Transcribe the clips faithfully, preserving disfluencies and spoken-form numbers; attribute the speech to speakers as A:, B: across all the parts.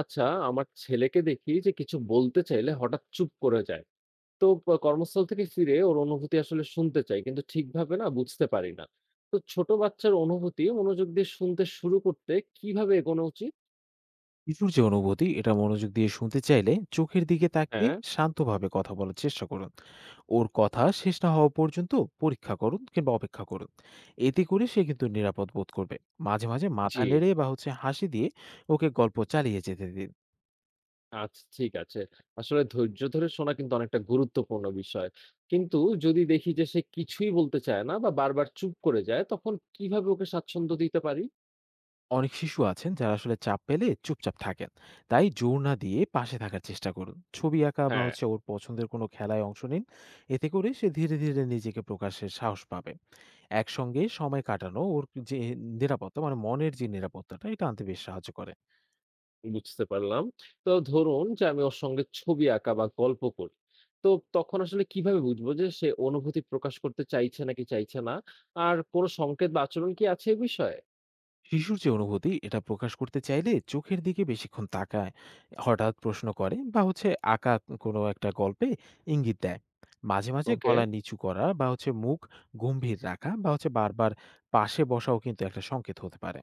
A: আচ্ছা, আমার ছেলেকে দেখি যে কিছু বলতে চাইলে হঠাৎ চুপ করে যায়। তো প কর্মস্থল থেকে ফিরে ওর অনুভূতি আসলে শুনতে চাই, কিন্তু ঠিকভাবে না বুঝতে পারি না। তো ছোট বাচ্চার অনুভূতি মনোযোগ দিয়ে শুনতে শুরু করতে কিভাবে এগোনো উচিত?
B: শিশুর যে অনুভূতি এটা মনোযোগ দিয়ে শুনতে চাইলে চোখের দিকে তাকিয়ে
A: হ্যাঁ।
B: শান্তভাবে কথা বলার চেষ্টা করুন। ওর কথা শেষ না হওয়া পর্যন্ত পরীক্ষা করুন কিংবা অপেক্ষা করুন। এতে করে সে কিন্তু নিরাপদ বোধ করবে। মাঝে মাঝে
A: জি,
B: মাথা নেড়ে বা হচ্ছে হাসি দিয়ে ওকে গল্প চালিয়ে যেতে দিন।
A: আচ্ছা ঠিক আছে। আসলে ধৈর্য ধরে শোনা কিন্তু অনেকটা গুরুত্বপূর্ণ বিষয়। কিন্তু যদি দেখি যে সে কিছুই বলতে চায় না বা বারবার চুপ করে যায়, তখন কিভাবে ওকে স্বাচ্ছন্দ্য দিতে পারি?
B: অনেক শিশু আছেন যারা আসলে চাপ পেলে চুপচাপ থাকেন। তাই জোর না দিয়ে পাশে থাকার চেষ্টা করুন, ছবি আঁকা বা
A: হ্যাঁ
B: হচ্ছে ওর পছন্দের কোনো খেলায় অংশ নিন। এতে করে সে ধীরে ধীরে নিজেকে প্রকাশের সাহস পাবে। একসঙ্গে সময় কাটানো ওর যে নিরাপত্তা, মানে মনের যে নিরাপত্তাটা, এটা আনতে বেশ সাহায্য করে।
A: বুঝতে পারলাম। তো ধরুন যে আমি ওর সঙ্গে ছবি আঁকা বা গল্প করি। তো তখন আসলে কিভাবে বুঝবো যে সে অনুভূতি প্রকাশ করতে চাইছে নাকি চাইছে না? আর কোনো সংকেত বা আচরণ কি আছে এ বিষয়ে?
B: শিশুর যে অনুভূতি এটা প্রকাশ করতে চাইলে চোখের দিকে বেশিক্ষণ তাকায়, হঠাৎ প্রশ্ন করে বা হচ্ছে আঁকা কোনো একটা গল্পে ইঙ্গিত দেয়। মাঝে মাঝে
A: ওকে,
B: গলা নিচু করা বা হচ্ছে মুখ গম্ভীর রাখা বা হচ্ছে বারবার পাশে বসাও কিন্তু একটা সংকেত হতে পারে।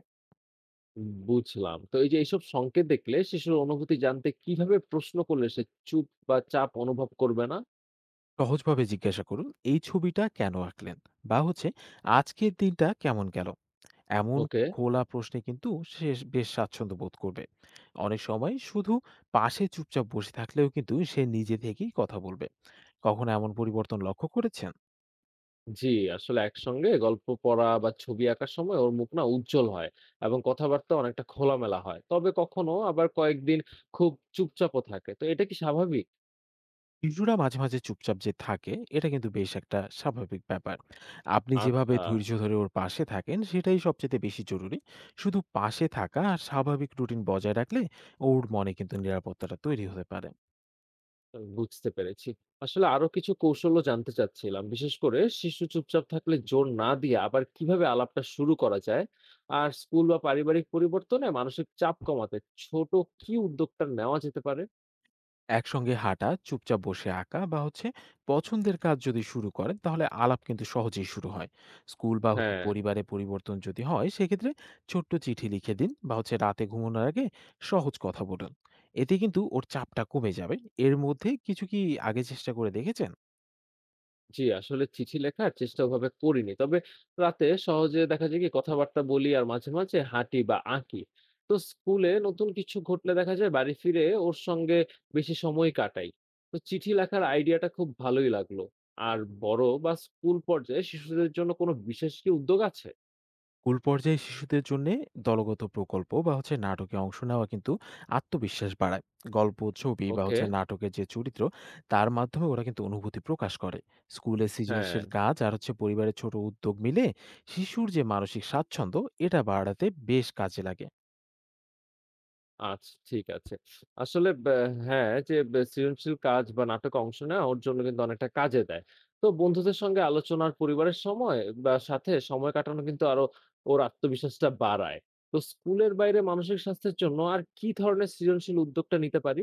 A: বুঝলাম। তো এই যে এইসব সংকেত দেখলে শিশুর অনুভূতি জানতে কিভাবে প্রশ্ন করলে সে চুপ বা চাপ অনুভব করবে না?
B: সহজভাবে জিজ্ঞাসা করুন, "এই ছবিটা কেন আঁকলেন?" বা হচ্ছে, "আজকের দিনটা কেমন গেল?" এমন
A: ওকে।
B: খোলা প্রশ্নে কিন্তু সে বেশ স্বাচ্ছন্দ্য বোধ করবে। অনেক সময় শুধু পাশে চুপচাপ বসে থাকলেও কিন্তু সে নিজে থেকেই কথা বলবে। কখনো এমন পরিবর্তন লক্ষ্য করেছেন?
A: জি, আসলে একসঙ্গে গল্প পড়া বা ছবি আঁকার সময় ওর মুখ না উজ্জ্বল হয় এবং কথাবার্তা অনেকটা খোলামেলা হয়। তবে কখনো আবার কয়েকদিন খুব চুপচাপও থাকে। তো এটা কি স্বাভাবিক?
B: শিশুরা মাঝে মাঝে চুপচাপ যে থাকে, এটা কিন্তু বেশ একটা স্বাভাবিক ব্যাপার। আপনি যেভাবে
A: আচ্ছা,
B: ধৈর্য ধরে ওর পাশে থাকেন, সেটাই সবচাইতে বেশি জরুরি। শুধু পাশে থাকা আর স্বাভাবিক রুটিন বজায় রাখলে ওর মনে কিন্তু নিরাপত্তাটা তৈরি হতে পারে।
A: বুঝতে পেরেছি। আসলে আরো কিছু কৌশলও জানতে চাচ্ছিলাম। বিশেষ করে শিশু চুপচাপ থাকলে জোর না দিয়ে আবার কিভাবে আলাপটা শুরু করা যায়? আর স্কুল বা পারিবারিক পরিবর্তনে মানসিক চাপ কমাতে ছোট কি উদ্যোগটা নেওয়া যেতে পারে?
B: একসঙ্গে হাঁটা, চুপচাপ বসে আঁকা বা হচ্ছে পছন্দের কাজ যদি শুরু করেন, তাহলে আলাপ কিন্তু সহজেই শুরু হয়। স্কুল বা হচ্ছে
A: হ্যাঁ।
B: পরিবারে পরিবর্তন যদি হয়, সেক্ষেত্রে ছোট্ট চিঠি লিখে দিন বা হচ্ছে রাতে ঘুমানোর আগে সহজ কথা বলুন। এতে কিন্তু ওর চাপটা কমে যাবে। এর মধ্যে কিছু কি আগে চেষ্টা করে দেখেছেন?
A: জি, আসলে চিঠি লেখার চেষ্টা ওভাবে করিনি। তবে রাতে সহজে দেখা যায় কি কথাবার্তা বলি আর মাঝে, মাঝে হাঁটি বা আঁকি। তো স্কুলে নতুন কিছু ঘটলে দেখা যায় বাড়ি ফিরে ওর সঙ্গে বেশি সময় কাটাই। তো চিঠি লেখার আইডিয়াটা খুব ভালোই লাগলো। আর বড় বা স্কুল পর্যায়ে শিশুদের জন্য কোনো বিশেষ কি উদ্যোগ আছে?
B: স্কুল পর্যায়ে শিশুদের জন্য দলগত প্রকল্প বা হচ্ছে নাটকে অংশ নেওয়া কিন্তু আত্মবিশ্বাস বাড়ায়। গল্প, ছবি বা
A: ওকে,
B: হচ্ছে নাটকের যে চরিত্র, তার মাধ্যমে ওরা কিন্তু অনুভূতি প্রকাশ করে। স্কুলে
A: হ্যাঁ।
B: সৃজনশীল কাজ আর হচ্ছে পরিবারের ছোট উদ্যোগ মিলে শিশুর যে মানসিক স্বাচ্ছন্দ্য, এটা বাড়াতে বেশ কাজে লাগে।
A: আচ্ছা, ঠিক আছে। আসলে ব্যা হ্যাঁ, যে ব্যা সৃজনশীল কাজ বা নাটকে অংশ নেওয়া ওর জন্য কিন্তু অনেকটা কাজে দেয়। তো বন্ধুদের সঙ্গে আলোচনা আর পরিবারের সময় বা সাথে সময় কাটানো কিন্তু আরো ওর আত্মবিশ্বাসটা বাড়ায়। তো স্কুলের বাইরে মানসিক স্বাস্থ্যের জন্য আর কি ধরনের সৃজনশীল উদ্যোগটা নিতে পারি?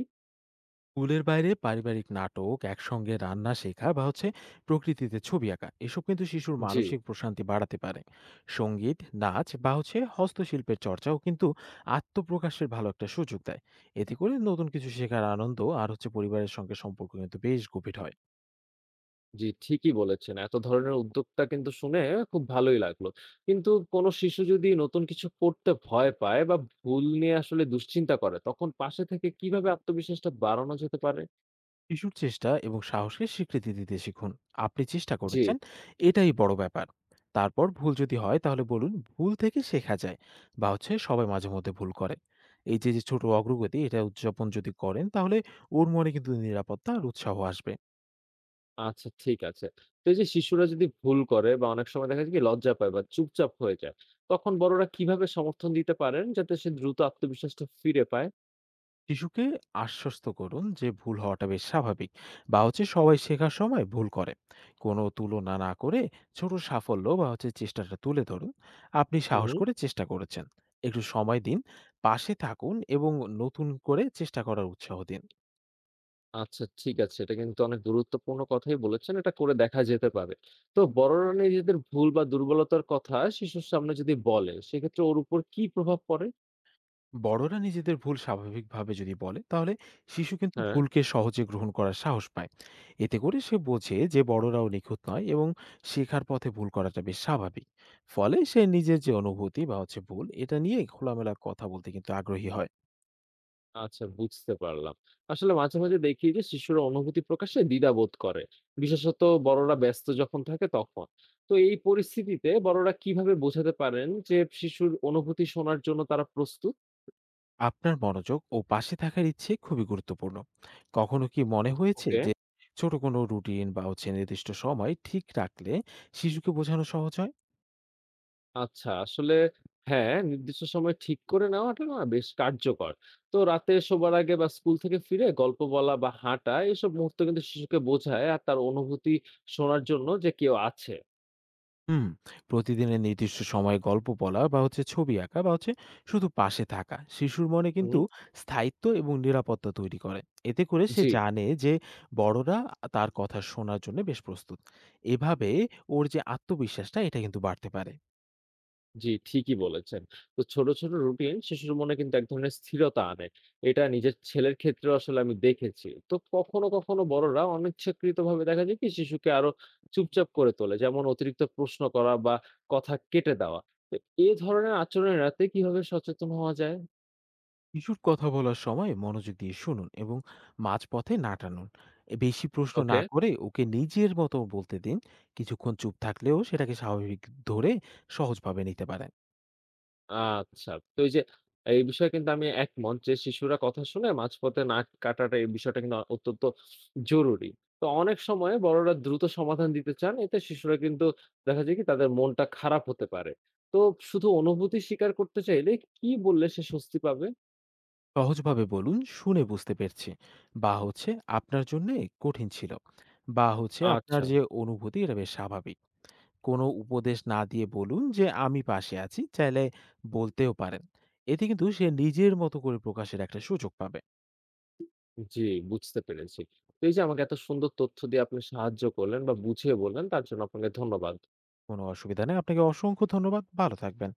B: স্কুলের বাইরে পারিবারিক নাটক, একসঙ্গে রান্না শেখা বা হচ্ছে প্রকৃতিতে ছবি আঁকা, এসব কিন্তু শিশুর
A: জি,
B: মানসিক প্রশান্তি বাড়াতে পারে। সঙ্গীত, নাচ বা হচ্ছে হস্তশিল্পের চর্চাও কিন্তু আত্মপ্রকাশের ভালো একটা সুযোগ দেয়। এতে করে নতুন কিছু শেখার আনন্দ আর হচ্ছে পরিবারের সঙ্গে সম্পর্ক কিন্তু বেশ গভীর হয়।
A: জি, ঠিকই বলেছেন। এত ধরনের উদ্যোগটা কিন্তু শুনে খুব ভালোই লাগলো। কিন্তু কোনো শিশু যদি নতুন কিছু করতে ভয় পায় বা ভুল নিয়ে আসলে দুশ্চিন্তা করে, তখন পাশে থেকে কিভাবে আত্মবিশ্বাসটা বাড়ানো যেতে পারে?
B: শিশুর চেষ্টা এবং সাহসকে স্বীকৃতি দিতে শিখুন। আপনি চেষ্টা
A: জি,
B: করেছেন, এটাই বড় ব্যাপার। তারপর ভুল যদি হয়, তাহলে বলুন ভুল থেকে শেখা যায় বা হচ্ছে সবাই মাঝে মধ্যে ভুল করে। এই যে যে ছোট অগ্রগতি, এটা উদযাপন যদি করেন, তাহলে ওর মনে কিন্তু নিরাপত্তা আর উৎসাহ আসবে।
A: আচ্ছা ঠিক আছে। তো এই যে শিশুরা যদি ভুল করে বা অনেক সময় দেখা যায় কি লজ্জা পায় বা চুপচাপ হয়ে যায়, তখন বড়রা কিভাবে সমর্থন দিতে পারেন যাতে সে দ্রুত আত্মবিশ্বাসটা ফিরে পায়?
B: শিশুকে আশ্বস্ত করুন যে ভুল হওয়াটা বেশ স্বাভাবিক বা হচ্ছে সবাই শেখার সময় ভুল করে। কোনো তুলনা না করে ছোট সাফল্য বা হচ্ছে চেষ্টাটা তুলে ধরুন। আপনি
A: হুম।
B: সাহস করে চেষ্টা করেছেন। একটু সময় দিন, পাশে থাকুন এবং নতুন করে চেষ্টা করার উৎসাহ দিন।
A: আচ্ছা ঠিক আছে। এটা কিন্তু অনেক গুরুত্বপূর্ণ কথাই বলেছেন। এটা করে দেখা যেতে পারে। তো বড়রা নিজেদের ভুল বা দুর্বলতার কথা শিশুর সামনে যদি বলে, সেক্ষেত্রে ওর উপর কি প্রভাব পড়ে?
B: বড়রা নিজেদের ভুল স্বাভাবিকভাবে যদি বলে, তাহলে শিশু কিন্তু
A: হ্যাঁ।
B: ভুলকে সহজে গ্রহণ করার সাহস পায়। এতে করে সে বোঝে যে বড়রাও নিখুঁত নয়, এবং শেখার পথে ভুল করাটা বেশ স্বাভাবিক। ফলে সে নিজের যে অনুভূতি বা হচ্ছে ভুল, এটা নিয়ে খোলামেলা কথা বলতে কিন্তু আগ্রহী হয়।
A: আচ্ছা বুঝতে পারলাম। আসলে মাঝে, মাঝে দেখি যে শিশুরা অনুভূতি প্রকাশে দ্বিধাবোধ করে। বিশেষত বড়রা ব্যস্ত যখন থাকে তখন। তো এই পরিস্থিতিতে বড়রা কিভাবে বোঝাতে পারেন যে শিশুর অনুভূতি শোনার জন্য তারা প্রস্তুত?
B: আপনার মনোযোগ ও পাশে থাকার ইচ্ছে খুবই গুরুত্বপূর্ণ। কখনো কি মনে হয়েছে
A: ওকে।
B: যে ছোট কোনো রুটিন বা হচ্ছে নির্দিষ্ট সময় ঠিক রাখলে শিশুকে বোঝানো সহজ হয়?
A: আচ্ছা আসলে হ্যাঁ, নির্দিষ্ট সময় ঠিক করে নেওয়াটা না বেশ কার্যকর। তো রাতে শোবার আগে বা স্কুল থেকে ফিরে গল্প বলা বা হাঁটা এসব মুহূর্ত কিন্তু শিশুকে বোঝায় আর তার অনুভূতি শোনার জন্য যে কেউ আছে।
B: হুম। প্রতিদিনের নির্দিষ্ট সময়ে গল্প বলা বা হচ্ছে ছবি আঁকা বা হচ্ছে শুধু পাশে থাকা শিশুর মনে কিন্তু
A: হুম,
B: স্থায়িত্ব এবং নিরাপত্তা তৈরি করে। এতে করে সে
A: জি।
B: জানে যে বড়রা তার কথা শোনার জন্য বেশ প্রস্তুত। এভাবে ওর যে আত্মবিশ্বাসটা, এটা কিন্তু বাড়তে পারে।
A: জি, ঠিকই বলেছেন। তো ছোট, ছোট রুটিন শিশুর মনে কিন্তু এক ধরনের স্থিরতা আনে। এটা নিজের ছেলের ক্ষেত্রেও আসলে আমি দেখেছি। তো কখনো, কখনো বড়রা অনিচ্ছাকৃতভাবে দেখা যায় কি শিশুকে আরো চুপচাপ করে তোলে। যেমন অতিরিক্ত প্রশ্ন করা বা কথা কেটে দেওয়া। তো এ ধরনের আচরণ এড়াতে কিভাবে সচেতন হওয়া যায়?
B: শিশুর কথা বলার সময় মনোযোগ দিয়ে শুনুন এবং মাঝপথে না টানুন। এ বেশি প্রশ্ন না
A: ওকে।
B: করে ওকে নিজের মতো বলতে দিন। কিছুক্ষণ চুপ থাকলেও সেটাকে স্বাভাবিক ধরে সহজভাবে নিতে পারেন।
A: আচ্ছা। তো এই যে এই বিষয়ে কিন্তু আমি একমত যে শিশুরা কথা শুনে মাঝপথে নাক কাটাটা এই বিষয়টা কিন্তু অত্যন্ত জরুরি। তো অনেক সময় বড়রা দ্রুত সমাধান দিতে চান। এতে শিশুরা কিন্তু দেখা যায় কি তাদের মনটা খারাপ হতে পারে। তো শুধু অনুভূতি স্বীকার করতে চাইলে কি বললে সে স্বস্তি পাবে?
B: সহজভাবে বলুন, "শুনে বুঝতে পেরেছি" বা হচ্ছে "আপনার জন্য কঠিন ছিল" বা হচ্ছে "আপনার
A: আচ্ছা।
B: যে অনুভূতি এটা বেশ স্বাভাবিক।" কোনো উপদেশ না দিয়ে বলুন যে আমি পাশে আছি, চাইলে বলতেও পারেন। এতে কিন্তু সে নিজের মতো করে প্রকাশের একটা সুযোগ পাবে।
A: জি, বুঝতে পেরেছি। তো এই যে আমাকে এত সুন্দর তথ্য দিয়ে আপনি সাহায্য করলেন বা বুঝিয়ে বললেন তার জন্য আপনাকে ধন্যবাদ।
B: কোনো অসুবিধা নেই, আপনাকে অসংখ্য ধন্যবাদ। ভালো থাকবেন।